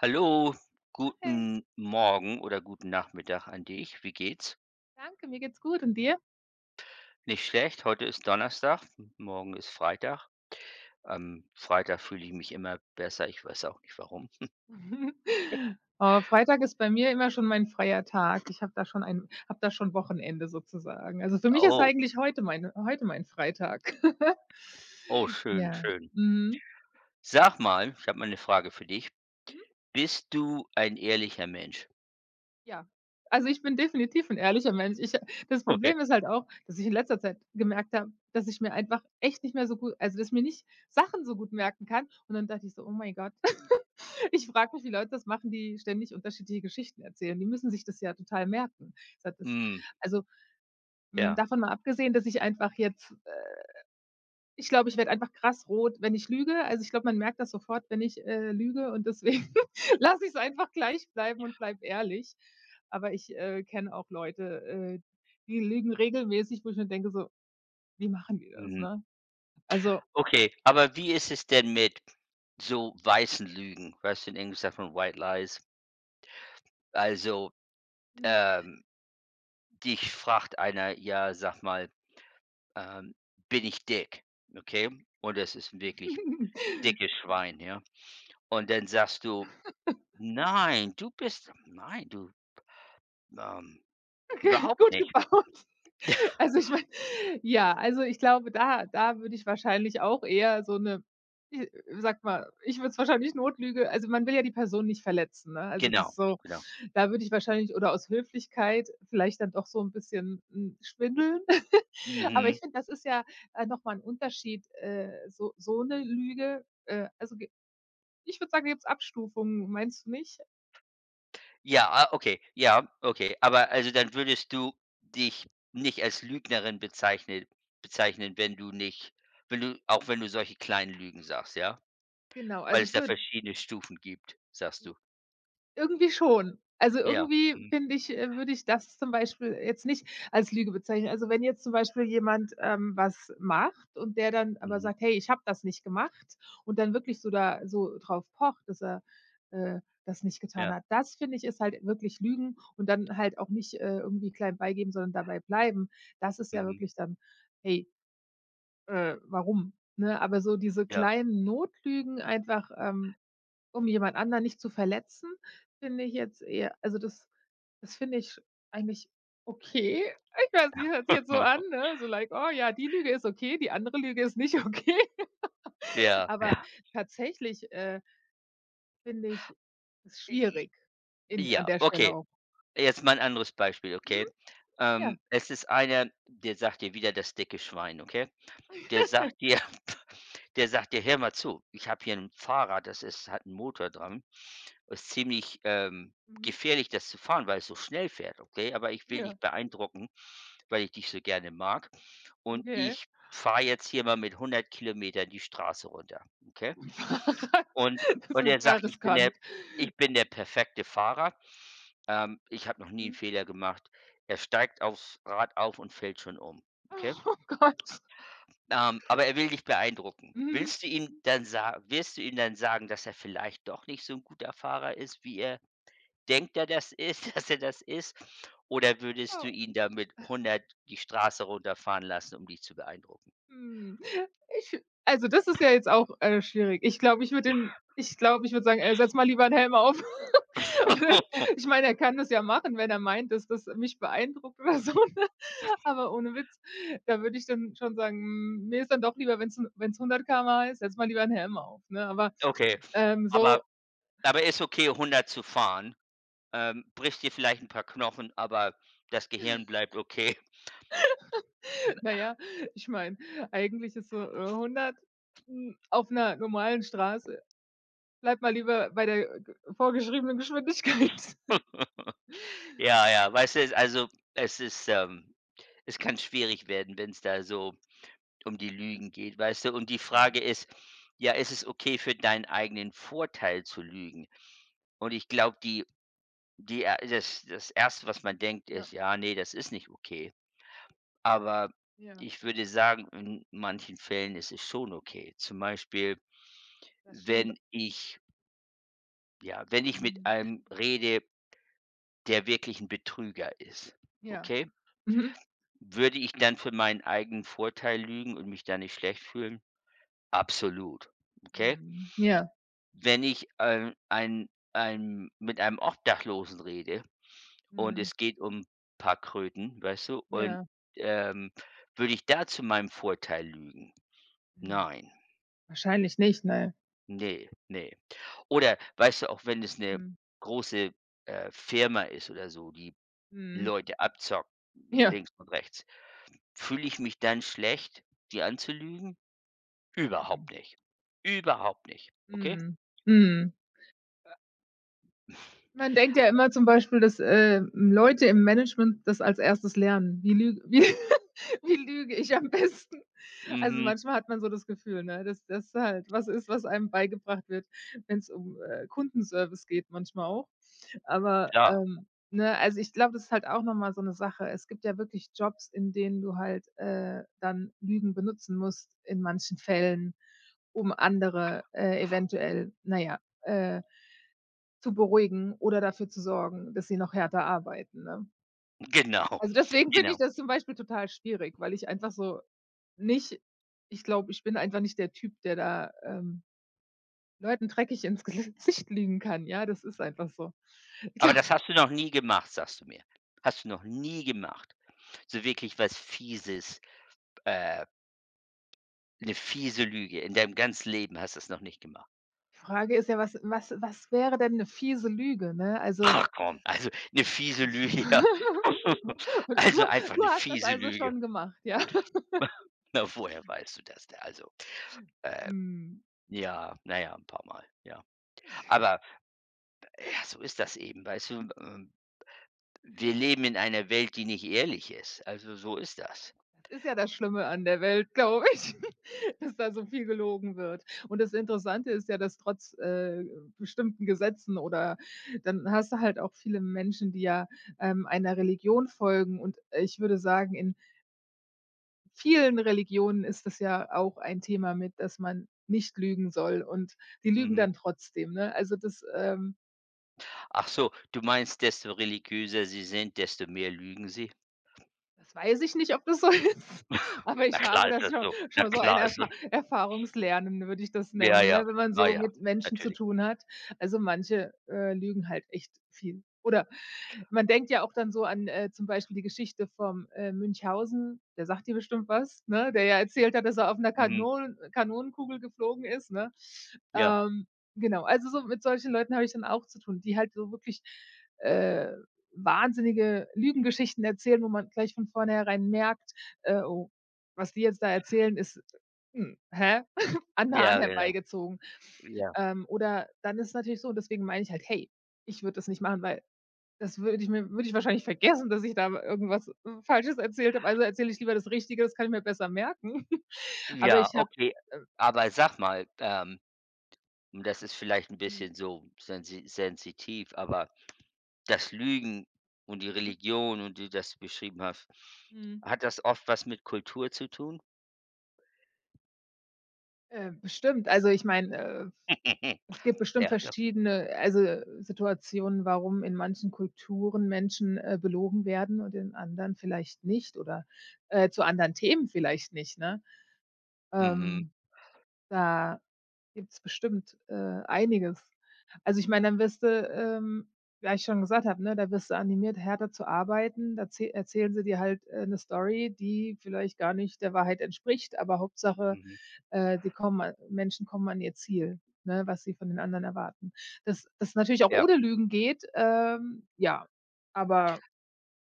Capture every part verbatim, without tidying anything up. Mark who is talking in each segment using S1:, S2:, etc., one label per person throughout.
S1: Hallo,
S2: Hey,
S1: guten Morgen oder guten Nachmittag an dich. Wie geht's?
S2: danke, mir geht's gut und dir?
S1: Nicht schlecht. Heute ist Donnerstag, morgen ist Freitag. Am Freitag fühle ich mich immer besser. Ich weiß auch nicht warum.
S2: Oh, Freitag ist bei mir immer schon mein freier Tag. Ich habe da schon ein habe da schon Wochenende sozusagen. Also, für mich ist
S1: Oh,
S2: eigentlich heute mein heute mein Freitag.
S1: oh, schön,
S2: Ja,
S1: schön.
S2: mhm.
S1: Sag mal, ich habe mal eine Frage für dich.
S2: Mhm.
S1: Bist du ein ehrlicher Mensch?
S2: Ja, also, ich bin definitiv ein ehrlicher Mensch. Ich Das
S1: Okay.
S2: Problem ist halt auch, dass ich in letzter Zeit gemerkt habe, dass ich mir einfach echt nicht mehr so gut – also, dass ich mir nicht Sachen so gut merken kann. Und dann dachte ich so: „Oh mein Gott." Ich frage mich, wie Leute das machen, die ständig unterschiedliche Geschichten erzählen. Die müssen sich das ja total merken. Das hat das
S1: Mm,
S2: Also, hm,
S1: ja.
S2: davon mal abgesehen, dass ich einfach jetzt, äh ich glaube, ich werde einfach krass rot, wenn ich lüge. Also, ich glaube, man merkt das sofort, wenn ich, äh, lüge, und deswegen lasse ich es einfach gleich bleiben und bleib ehrlich. Aber ich, äh, kenne auch Leute, äh, die lügen regelmäßig, wo ich mir denke so: „Wie machen die das?",
S1: Mhm.
S2: ne? Also,
S1: Okay, aber wie ist es denn mit so weißen Lügen? Weißt du, in Englisch sagt man White Lies. Also, ähm, dich fragt einer, ja, sag mal, ähm, bin ich dick, okay? Und es ist wirklich dickes Schwein, ja? Und dann sagst du: „Nein, du bist nein, du, ähm, überhaupt
S2: gut
S1: nicht.“
S2: gebaut. Also, ich meine, ja, also, ich glaube, da da würde ich wahrscheinlich auch eher so eine – i sage mal, ich würde es wahrscheinlich Notlüge – also, man will ja die Person nicht verletzen, ne? Also, das
S1: Genau,
S2: ist so –
S1: genau.
S2: da würde ich wahrscheinlich oder aus Höflichkeit vielleicht dann doch so ein bisschen, hm, schwindeln. Aber
S1: Mhm.
S2: ich finde, das ist ja, äh, noch mal 'n Unterschied, äh, so so eine Lüge, äh also, ge ich würde sagen, da gibt's Abstufungen, meinst du nicht?
S1: Ja, ah, okay. Ja, okay. Aber also, dann würdest du dich nicht als Lügnerin bezeichnen bezeichnen, wenn du nicht wenn du auch wenn du solche kleinen Lügen sagst, ja?
S2: Genau,
S1: Weil
S2: also,
S1: es
S2: ich
S1: da
S2: würde –
S1: verschiedene Stufen gibt, sagst du.
S2: irgendwie schon. Also,
S1: Ja.
S2: irgendwie
S1: Mhm.
S2: finde ich äh, würde ich das zum Beispiel jetzt nicht als Lüge bezeichnen. Also, wenn jetzt zum Beispiel jemand, ähm, was macht und der dann aber
S1: Mhm.
S2: sagt: „Hey, ich habe das nicht gemacht", und dann wirklich so da so drauf pocht, dass er, äh, das nicht getan
S1: Ja.
S2: hat. Das, finde ich, ist halt wirklich Lügen, und dann halt auch nicht, äh, irgendwie klein beigeben, sondern dabei bleiben. Das ist ja
S1: Mhm.
S2: wirklich dann: „Hey, äh, warum?" Ne? Aber so diese
S1: Ja.
S2: kleinen Notlügen einfach, ähm um jemand anderen nicht zu verletzen, finde ich jetzt eher – also, das das finde ich eigentlich okay. Ich weiß, sie hört sich jetzt so an, ne, so like: „Oh ja, die Lüge ist okay, die andere Lüge ist nicht okay."
S1: Ja.
S2: Aber tatsächlich, äh, finde ich es
S1: I
S2: schwierig in an
S1: ja,
S2: der Stelle
S1: okay.
S2: auch.
S1: Jetzt mal 'n anderes Beispiel, okay?
S2: Mhm,
S1: Ähm,
S2: ja,
S1: es ist einer, der sagt dir wieder das dicke Schwein, okay? Der sagt dir der sagt dir: „Hör mal zu, ich habe hier ein Fahrrad, das ist hat einen Motor dran. Ist ziemlich, ähm,
S2: mhm,
S1: gefährlich, das zu fahren, weil es so schnell fährt, okay? Aber ich will dich
S2: ja,
S1: beeindrucken, weil ich dich so gerne mag und
S2: okay.
S1: ich fahre jetzt hier mal mit hundert Kilometern die Straße runter, okay?“
S2: Fahrrad,
S1: und
S2: das
S1: und
S2: ist
S1: er
S2: ja
S1: sagt: „Ich bin der
S2: riskant.
S1: ich bin der perfekte Fahrer. Ähm, ich habe noch nie einen
S2: Mhm.
S1: Fehler gemacht.“ Er steigt aufs Rad auf und fällt schon um, okay?
S2: Oh Gott.
S1: Ähm, aber er will dich beeindrucken.
S2: Mhm.
S1: Willst du ihm dann sa wirst du ihm dann sagen, dass er vielleicht doch nicht so ein guter Fahrer ist, wie er denkt, er das ist dass er das ist? Oder würdest du
S2: Oh.
S1: ihn damit hundert die Straße runterfahren lassen, um dich zu beeindrucken?
S2: Hm, ich also, das ist ja jetzt auch, äh, schwierig. Ich glaube, ich würde ihm ich glaube, ich würde sagen: „Äh, setz mal lieber 'n Helm auf." Und dann – ich meine, er kann das ja machen, wenn er meint, dass das mich beeindruckt oder so, ne? Aber ohne Witz, da würde ich dann schon sagen: „Hm, mir ist dann doch lieber, wenn's 'n wenn's hundert Kilometer pro Stunde ist, setz mal lieber 'n Helm auf", ne? Aber,
S1: Okay,
S2: ähm,
S1: aber
S2: so,
S1: aber ist okay, hundert zu fahren? Ähm, bricht dir vielleicht ein paar Knochen, aber das Gehirn bleibt okay.
S2: na ja, ich meine, eigentlich ist so, äh, hundert, hm, auf 'ner normalen Straße bleib mal lieber bei der g vorgeschriebenen Geschwindigkeit.
S1: Ja, ja, weißt du, es- also, es ist, ähm es kann schwierig werden, wenn es da so um die Lügen geht, weißt du? Und die
S2: Ja,
S1: Frage ist, ja, ist es okay für deinen eigenen Vorteil zu lügen? Und ich glaube, die die er das das Erste, was man denkt,
S2: ja,
S1: ist: „Ja, nee, das ist nicht okay.“ Aber
S2: ja.
S1: ich würde sagen, in manchen Fällen ist es schon okay. Zum Beispiel,
S2: Das stimmt.
S1: wenn ich ja, wenn ich mit
S2: Mhm.
S1: einem rede, der wirklich ein Betrüger ist,
S2: Ja.
S1: okay?
S2: Mhm.
S1: Würde ich dann für meinen eigenen Vorteil lügen und mich da nicht schlecht fühlen? Absolut, okay?
S2: Mhm. Ja.
S1: Wenn ich, ähm, ein ein mit einem Obdachlosen rede und
S2: Mhm.
S1: es geht um ein paar Kröten, weißt du, und,
S2: Ja.
S1: ähm, würde ich da zu meinem Vorteil lügen?
S2: Hm.
S1: Nein,
S2: Wahrscheinlich nicht, ne?
S1: nee, nee. Oder weißt du, auch wenn es eine
S2: Mhm.
S1: große, äh, Firma ist oder so, die
S2: Mhm.
S1: Leute abzocken,
S2: Ja.
S1: links und rechts. Fühle ich mich dann schlecht, die anzulügen?
S2: Mhm.
S1: Überhaupt nicht. Überhaupt nicht, okay?
S2: Mhm. Mhm. Man denkt ja immer zum Beispiel, dass, ähm, Leute im Management das als erstes lernen. Wie lüg wie wie lüge ich am besten? Also,
S1: Mhm,
S2: manchmal hat man so das Gefühl, ne, dass das halt was ist, was einem beigebracht wird, wenn's um, äh, Kundenservice geht, manchmal auch. Aber,
S1: klar,
S2: ähm, ne, also, ich glaube, das ist halt auch noch mal so 'ne Sache. Es gibt ja wirklich Jobs, in denen du halt, äh, dann Lügen benutzen musst in manchen Fällen, um andere, äh, eventuell, na ja, äh, zu beruhigen oder dafür zu sorgen, dass sie noch härter arbeiten, ne?
S1: genau,
S2: Also, deswegen finde
S1: genau.
S2: ich das zum Beispiel total schwierig, weil ich einfach so nicht ich glaube, ich bin einfach nicht der Typ, der da, ähm, Leuten dreckig ins Gesicht lügen kann. Ja, das ist einfach so.
S1: Aber das hast du noch nie gemacht, sagst du mir. Hast du noch nie gemacht. So wirklich was Fieses, äh, 'ne fiese Lüge. In deinem ganzen Leben hast du es noch nicht gemacht.
S2: Frage ist ja, was was was wäre denn eine fiese Lüge, ne? Also,
S1: Ach komm, also eine fiese Lüge, ja.
S2: du
S1: Also einfach
S2: du
S1: eine
S2: hast das
S1: fiese
S2: also
S1: Lüge.
S2: schon gemacht, ja?
S1: Na, woher weißt du das denn? Also, äh
S2: Hm,
S1: ja, naja, ein paar Mal. Ja. Aber, ja, so ist das eben, weißt du? Ähm, wir leben in einer Welt, die nicht ehrlich ist. Also, so ist das.
S2: das ist ja das Schlimme an der Welt, glaube ich, dass da so viel gelogen wird. Und das Interessante ist ja, dass trotz, äh, bestimmten Gesetzen oder – dann hast du halt auch viele Menschen, die ja, ähm, einer Religion folgen. Und ich würde sagen, in vielen Religionen ist das ja auch ein Thema mit, dass man nicht lügen soll, und die lügen
S1: Mhm.
S2: dann trotzdem, ne? Also, das, ähm
S1: Ach so, du meinst, desto religiöser sie sind, desto mehr lügen sie?
S2: Das weiß ich nicht, ob das so ist, aber
S1: Na
S2: ich
S1: klar
S2: habe
S1: ist
S2: das
S1: das
S2: schon
S1: so. Na
S2: schon so ein
S1: klar ist das
S2: Erfa Erfahrungslernen, würde ich das
S1: ja,
S2: nennen,
S1: ja.
S2: ne, wenn man
S1: Na
S2: so
S1: ja,
S2: mit Menschen zu
S1: natürlich.
S2: tun hat. Also, manche, äh, lügen halt echt viel. Oder man denkt ja auch dann so an, äh, zum Beispiel die Geschichte vom, äh, Münchhausen, der sagt dir bestimmt was, ne, der ja erzählt hat, dass er auf 'ner
S1: Mhm.
S2: Kanon Kanonenkugel geflogen ist, ne?
S1: Ja.
S2: Ähm, genau, also so mit solchen Leuten habe ich dann auch zu tun, die halt so wirklich, äh, wahnsinnige Lügengeschichten erzählen, wo man gleich von vornherein merkt, äh: „Oh, was die jetzt da erzählen, ist, hm, hä, an Haaren
S1: Ja, genau.
S2: herbeigezogen."
S1: Ja.
S2: Ähm, oder dann ist es natürlich so, und deswegen meine ich halt: „Hey, ich würde das nicht machen, weil das würde ich mir – würde ich wahrscheinlich vergessen, dass ich da irgendwas, äh, Falsches erzählt habe. Also erzähle ich lieber das Richtige, das kann ich mir besser merken." Aber
S1: Ja,
S2: ich habe,
S1: okay.
S2: äh,
S1: Aber sag mal, ähm, und das ist vielleicht ein
S2: hm,
S1: bisschen so sensi sensitiv, aber das Lügen und die Religion und die das beschrieben hast,
S2: hm,
S1: hat das oft was mit Kultur zu tun?
S2: äh, bestimmt, also ich meine, äh, Es gibt bestimmt
S1: Ja, Ja.
S2: verschiedene, also, Situationen, warum in manchen Kulturen Menschen, äh, belogen werden und in anderen vielleicht nicht oder, äh, zu anderen Themen vielleicht nicht, ne?
S1: Mhm,
S2: Ähm, da Gibt's bestimmt, äh, einiges. Also, ich meine, dann wirst du, ähm, ja, ich schon gesagt habe, ne, da wirst du animiert, härter zu arbeiten. Da erzäh erzählen sie dir halt, äh, 'ne Story, die vielleicht gar nicht der Wahrheit entspricht, aber Hauptsache,
S1: mhm.
S2: äh, die kommen a Menschen kommen an ihr Ziel, ne, was sie von den anderen erwarten. Dass das natürlich auch
S1: Ja.
S2: ohne Lügen geht, ähm, ja, aber –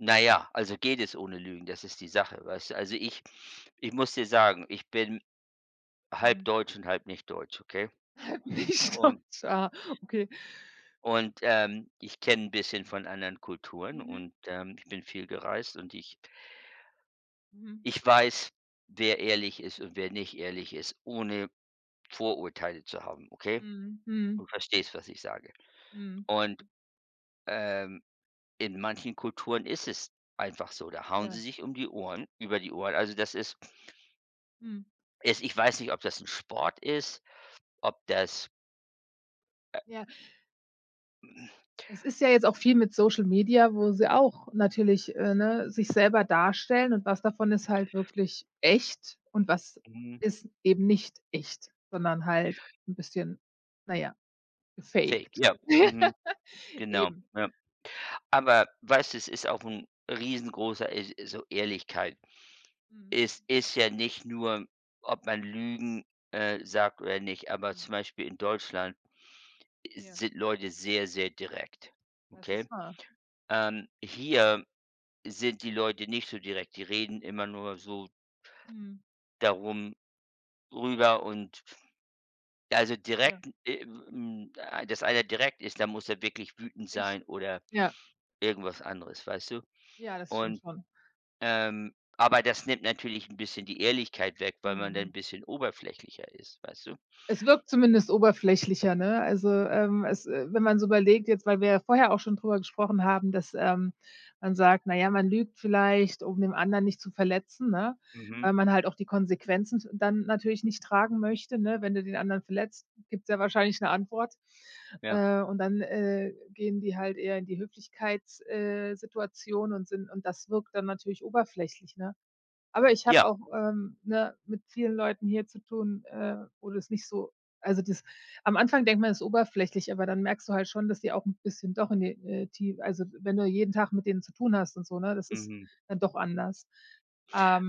S1: Na ja, also geht es ohne Lügen, das ist die Sache, weißt du? Also ich ich muss dir sagen, ich bin halb deutsch und halb nicht deutsch, okay?
S2: Mhm. nicht
S1: Und
S2: Deutsch, ah, okay.
S1: und, ähm, ich kenne ein bisschen von anderen Kulturen
S2: Mhm.
S1: und, ähm, ich bin viel gereist und ich
S2: Mhm.
S1: ich weiß, wer ehrlich ist und wer nicht ehrlich ist, ohne Vorurteile zu haben, okay?
S2: Mhm. Mhm.
S1: Du verstehst, was ich sage.
S2: Mhm.
S1: Und, ähm, in manchen Kulturen ist es einfach so, da hauen sie
S2: Ja.
S1: sich um die Ohren über die Ohren. Also, das ist
S2: Mhm.
S1: ist ich weiß nicht, ob das ein Sport ist, ob das
S2: Ja. Es ist ja jetzt auch viel mit Social Media, wo sie auch natürlich, äh, ne, sich selber darstellen, und was davon ist halt wirklich echt und was
S1: mhm,
S2: ist eben nicht echt, sondern halt 'n bisschen, na ja,
S1: Fake,
S2: gefaked.
S1: ja, mhm, genau,
S2: Eben.
S1: ja. Aber weißt du, es ist auch ein riesengroßer e so Ehrlichkeit.
S2: Mhm.
S1: Es ist ja nicht nur, ob man Lügen, äh, sagt oder nicht, aber
S2: Mhm.
S1: zum Beispiel in Deutschland
S2: Ja,
S1: sind Leute sehr, sehr direkt,
S2: das
S1: okay?
S2: ist wahr.
S1: Ähm, hier sind die Leute nicht so direkt. Die reden immer nur so
S2: Mhm.
S1: darum rüber und also
S2: Ja,
S1: direkt, äh, hm, äh, dass einer direkt ist, dann muss er wirklich wütend
S2: echt.
S1: sein oder
S2: Ja,
S1: irgendwas anderes, weißt du?
S2: ja, das stimmt
S1: Und,
S2: schon.
S1: ähm aber das nimmt natürlich ein bisschen die Ehrlichkeit weg, weil man dann
S2: Mhm.
S1: ein bisschen oberflächlicher ist, weißt du?
S2: Es wirkt zumindest oberflächlicher, ne? Also, ähm, es äh, wenn man's überlegt jetzt, weil wir ja vorher auch schon drüber gesprochen haben, dass, ähm, man sagt: „Na ja, man lügt vielleicht, um den anderen nicht zu verletzen", ne?
S1: Mhm,
S2: Weil man halt auch die Konsequenzen dann natürlich nicht tragen möchte, ne? Wenn du den anderen verletzt, gibt's ja wahrscheinlich 'ne Antwort.
S1: ja.
S2: Äh, und dann, äh, gehen die halt eher in die Höflichkeits äh, Situation und sind – und das wirkt dann natürlich oberflächlich, ne? Aber ich habe
S1: Ja,
S2: auch, ähm, ne, mit vielen Leuten hier zu tun, äh, wo das nicht so – also, das – am Anfang denkt man, das ist oberflächlich, aber dann merkst du halt schon, dass die auch 'n bisschen doch in die, äh, tie also, wenn du jeden Tag mit denen zu tun hast und so, ne, das ist
S1: mhm.
S2: dann doch anders.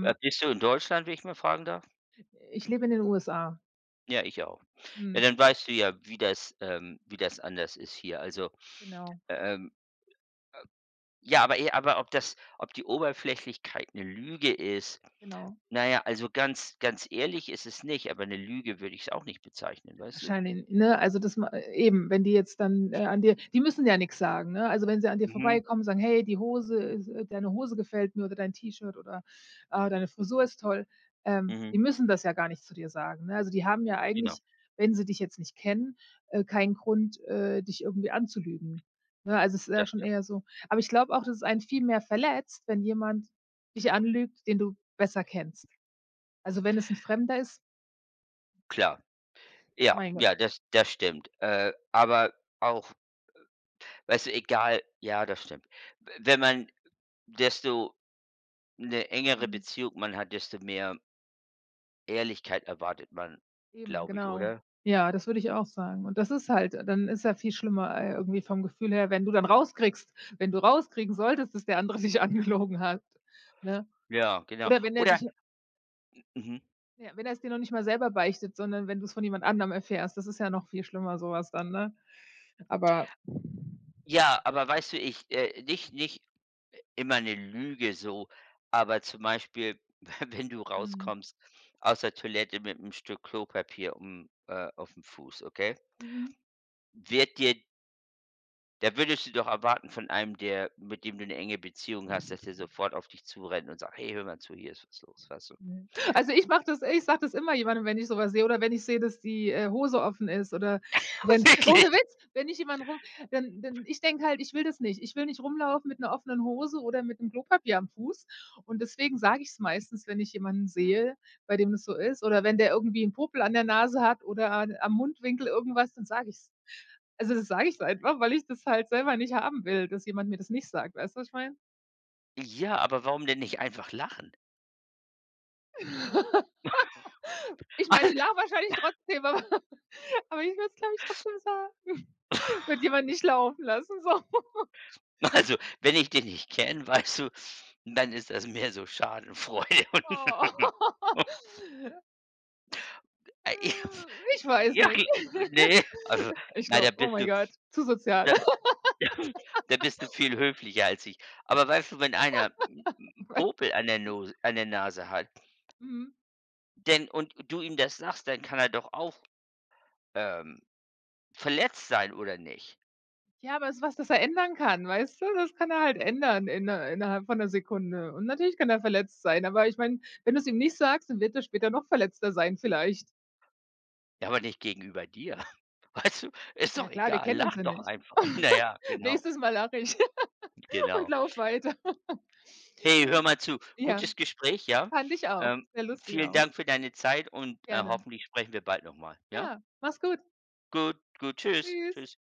S1: Äh, bist du in Deutschland, wenn ich mal fragen darf?
S2: ich lebe in den U S A.
S1: Ja, ich auch. Ja,
S2: Mhm,
S1: dann weißt du ja, wie das ähm, wie das anders ist hier. Also,
S2: genau,
S1: ähm ja, aber eh aber ob das ob die Oberflächlichkeit eine Lüge ist
S2: genau.
S1: naja, also ganz ganz ehrlich ist es nicht, aber eine Lüge würde ich es auch nicht bezeichnen, weißt du?
S2: Wahrscheinlich, ne? Also, das ma äh, eben, wenn die jetzt dann, äh, an dir – die müssen ja nichts sagen, ne? Also, wenn sie an dir
S1: Mhm.
S2: vorbeikommen, sagen: „Hey, die Hose ist äh, deine Hose gefällt mir, oder dein T-Shirt oder, ah, deine Frisur ist toll." Ähm,
S1: Mhm,
S2: die müssen das ja gar nicht zu dir sagen, ne? Also, die haben ja
S1: genau,
S2: eigentlich, wenn sie dich jetzt nicht kennen, äh, keinen Grund, äh, dich irgendwie anzulügen, ne? Also, es ist ja
S1: das
S2: schon
S1: stimmt.
S2: eher so – aber ich glaube auch, dass es einen viel mehr verletzt, wenn jemand dich anlügt, den du besser kennst. Also, wenn es ein Fremder ist,
S1: Klar. Ja,
S2: mein Gott.
S1: ja, das das stimmt. Äh, aber auch weißt du, egal ja, das stimmt. W wenn man desto eine engere
S2: Mhm.
S1: Beziehung man hat, desto mehr Ehrlichkeit erwartet man,
S2: Eben,
S1: glaube ich,
S2: genau.
S1: oder?
S2: Ja, das würde ich auch sagen. Und das ist halt – dann ist ja viel schlimmer, äh, irgendwie vom Gefühl her, wenn du dann rauskriegst – wenn du rauskriegen solltest, dass der andere dich angelogen hat, ne?
S1: Ja, genau.
S2: Oder wenn er
S1: Oder
S2: dich –
S1: mhm.
S2: ja, wenn er's dir noch nicht mal selber beichtet, sondern wenn du's von jemand anderem erfährst, das ist ja noch viel schlimmer so was dann, ne? Aber –
S1: Ja, aber weißt du, ich, äh, nicht nicht immer eine Lüge so, aber zum Beispiel, wenn du
S2: mhm.
S1: rauskommst aus der Toilette mit einem Stück Klopapier um äh, auf dem Fuß, okay?
S2: Mhm.
S1: Wird dir da würdest du doch erwarten von einem, der mit dem du eine enge Beziehung hast, dass der sofort auf dich zurennt und sagt: „Hey, hör mal zu, hier ist was los“, weißt du?
S2: Mhm. Also, ich mache das ich sage das immer jemandem, wenn ich sowas sehe oder wenn ich sehe, dass die, äh, Hose offen ist oder wenn ohne
S1: Wirklich?
S2: Witz, wenn ich jemanden rum dann dann ich denke halt, ich will das nicht. Ich will nicht rumlaufen mit einer offenen Hose oder mit 'nem Klopapier am Fuß, und deswegen sage ich es meistens, wenn ich jemanden sehe, bei dem das so ist, oder wenn der irgendwie 'n Popel an der Nase hat oder an am Mundwinkel irgendwas, dann sage ich es. Also, das sage ich einfach, weil ich das halt selber nicht haben will, dass jemand mir das nicht sagt. Weißt du, was ich meine?
S1: Ja, aber warum denn nicht einfach lachen?
S2: Ich meine, die lachen wahrscheinlich trotzdem, aber – Aber ich würde es, glaube ich, trotzdem sagen. Wird jemand nicht laufen lassen, so.
S1: also, wenn ich den nicht kenne, weißt du, dann ist das mehr so Schadenfreude. und.
S2: Oh.
S1: Äh, ja,
S2: Äh, ich weiß
S1: ja kl
S2: nicht.
S1: ne, also,
S2: Ich
S1: na, da
S2: glaube, oh
S1: bist
S2: mein
S1: du
S2: Gott, zu sozial.
S1: da da bist du viel höflicher als ich. Aber weißt du, wenn einer 'n 'n Popel an der Nos an der Nase hat,
S2: Mhm.
S1: denn und du ihm das sagst, dann kann er doch auch, ähm, verletzt sein oder nicht?
S2: Ja, aber es ist was, das er ändern kann, weißt du? Das kann er halt ändern inner innerhalb von einer Sekunde. Und natürlich kann er verletzt sein, aber ich meine, wenn du es ihm nicht sagst, dann wird er später noch verletzter sein vielleicht.
S1: Ja, aber nicht gegenüber dir. Weißt du, ist
S2: Ja
S1: doch
S2: klar, wir
S1: egal,
S2: kennen uns
S1: lach
S2: ja
S1: doch
S2: nicht.
S1: einfach. Na ja, genau,
S2: Nächstes Mal lache ich und
S1: genau.
S2: laufe weiter.
S1: Hey, hör mal zu,
S2: Ja,
S1: gutes Gespräch, ja?
S2: fand ich auch.
S1: Ähm,
S2: Sehr lustig
S1: vielen
S2: auch.
S1: Dank für deine Zeit und, äh,
S2: Gerne.
S1: hoffentlich sprechen wir bald noch mal, ja?
S2: Ja, mach's gut.
S1: Gut, gut. Tschüss.
S2: Tschüss.
S1: Tschüss.